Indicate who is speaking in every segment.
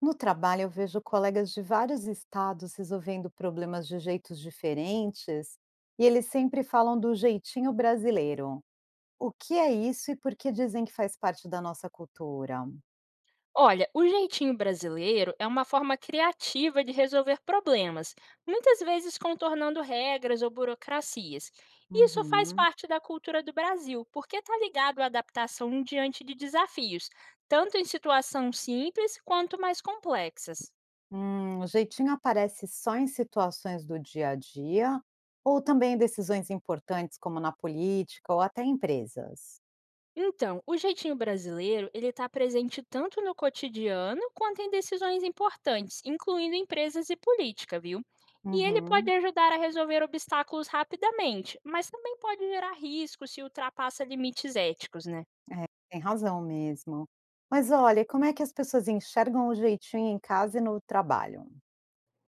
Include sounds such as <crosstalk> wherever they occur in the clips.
Speaker 1: No trabalho, eu vejo colegas de vários estados resolvendo problemas de jeitos diferentes e eles sempre falam do jeitinho brasileiro. O que é isso e por que dizem que faz parte da nossa cultura?
Speaker 2: Olha, o jeitinho brasileiro é uma forma criativa de resolver problemas, muitas vezes contornando regras ou burocracias. Isso faz
Speaker 1: Uhum.
Speaker 2: parte da cultura do Brasil, porque está ligado à adaptação diante de desafios, tanto em situação simples quanto mais complexas.
Speaker 1: O jeitinho aparece só em situações do dia a dia ou também em decisões importantes, como na política ou até em empresas?
Speaker 2: Então, o jeitinho brasileiro, ele está presente tanto no cotidiano quanto em decisões importantes, incluindo empresas e política, viu? E ele pode
Speaker 1: Uhum.
Speaker 2: ajudar a resolver obstáculos rapidamente, mas também pode gerar riscos se ultrapassa limites éticos, né?
Speaker 1: Tem razão mesmo. Mas olha, como é que as pessoas enxergam o jeitinho em casa e no trabalho?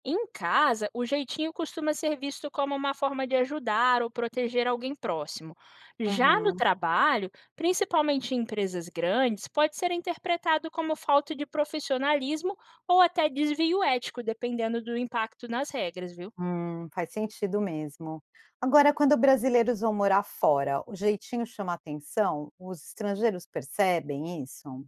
Speaker 2: Em casa, o jeitinho costuma ser visto como uma forma de ajudar ou proteger alguém próximo. Já no
Speaker 1: Uhum.
Speaker 2: trabalho, principalmente em empresas grandes, pode ser interpretado como falta de profissionalismo ou até desvio ético, dependendo do impacto nas regras, viu?
Speaker 1: Faz sentido mesmo. Agora, quando brasileiros vão morar fora, o jeitinho chama atenção? Os estrangeiros percebem isso?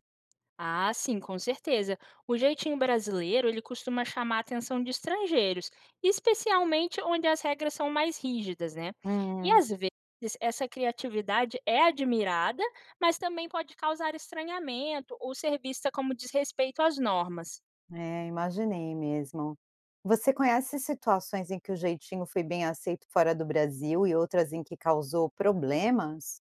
Speaker 2: Ah, sim, com certeza. O jeitinho brasileiro, ele costuma chamar a atenção de estrangeiros, especialmente onde as regras são mais rígidas, né? E
Speaker 1: Hum,
Speaker 2: às vezes essa criatividade é admirada, mas também pode causar estranhamento ou ser vista como desrespeito às normas.
Speaker 1: é, imaginei mesmo. Você conhece situações em que o jeitinho foi bem aceito fora do Brasil e outras em que causou problemas?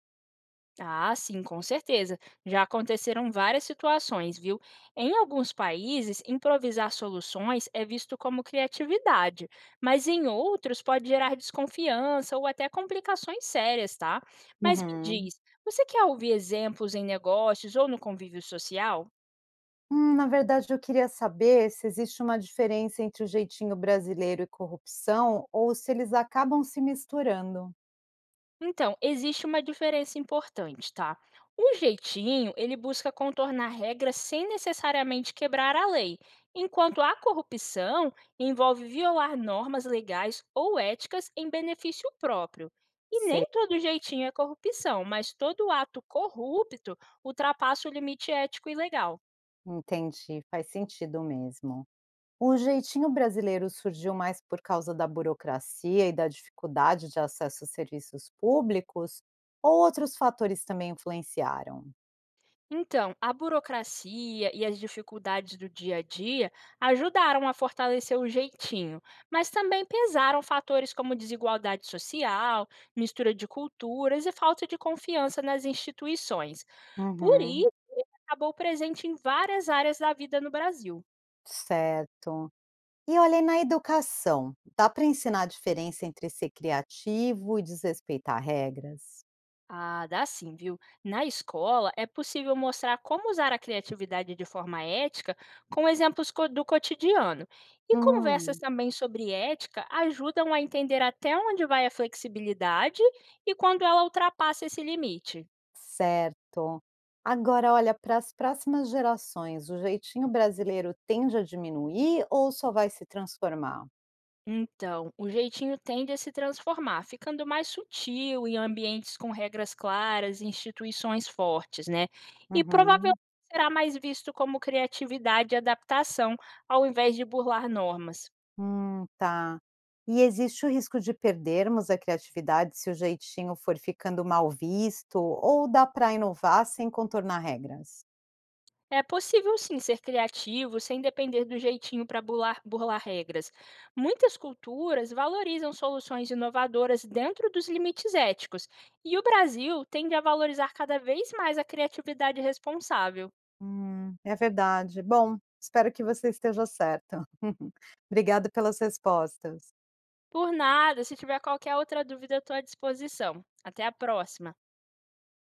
Speaker 2: Ah, sim, com certeza. Já aconteceram várias situações, viu? Em alguns países, improvisar soluções é visto como criatividade, mas em outros pode gerar desconfiança ou até complicações sérias, tá? Mas me
Speaker 1: Uhum.
Speaker 2: diz, você quer ouvir exemplos em negócios ou no convívio social?
Speaker 1: Na verdade, eu queria saber se existe uma diferença entre o jeitinho brasileiro e corrupção ou se eles acabam se misturando.
Speaker 2: Então, existe uma diferença importante, tá? O jeitinho, ele busca contornar regras sem necessariamente quebrar a lei, enquanto a corrupção envolve violar normas legais ou éticas em benefício próprio. E
Speaker 1: Sei,
Speaker 2: nem todo jeitinho é corrupção, mas todo ato corrupto ultrapassa o limite ético e legal.
Speaker 1: entendi, faz sentido mesmo. O jeitinho brasileiro surgiu mais por causa da burocracia e da dificuldade de acesso a serviços públicos, ou outros fatores também influenciaram?
Speaker 2: Então, a burocracia e as dificuldades do dia a dia ajudaram a fortalecer o jeitinho, mas também pesaram fatores como desigualdade social, mistura de culturas e falta de confiança nas instituições. Por
Speaker 1: Uhum,
Speaker 2: isso, ele acabou presente em várias áreas da vida no Brasil.
Speaker 1: certo. E olha, e na educação, dá para ensinar a diferença entre ser criativo e desrespeitar regras?
Speaker 2: Ah, dá sim, viu? Na escola é possível mostrar como usar a criatividade de forma ética com exemplos do cotidiano. E conversas
Speaker 1: Hum.
Speaker 2: também sobre ética ajudam a entender até onde vai a flexibilidade e quando ela ultrapassa esse limite.
Speaker 1: Certo. Agora, olha, para as próximas gerações, o jeitinho brasileiro tende a diminuir ou só vai se transformar?
Speaker 2: Então, o jeitinho tende a se transformar, ficando mais sutil em ambientes com regras claras e instituições fortes, né? E provavelmente
Speaker 1: Uhum.
Speaker 2: será mais visto como criatividade e adaptação, ao invés de burlar normas.
Speaker 1: Tá. E existe o risco de perdermos a criatividade se o jeitinho for ficando mal visto, ou dá para inovar sem contornar regras?
Speaker 2: É possível sim ser criativo sem depender do jeitinho para burlar regras. Muitas culturas valorizam soluções inovadoras dentro dos limites éticos, e o Brasil tende a valorizar cada vez mais a criatividade responsável.
Speaker 1: É verdade. Bom, espero que você esteja certo. <laughs> Obrigada pelas respostas.
Speaker 2: Por nada, se tiver qualquer outra dúvida, estou à disposição. Até a próxima!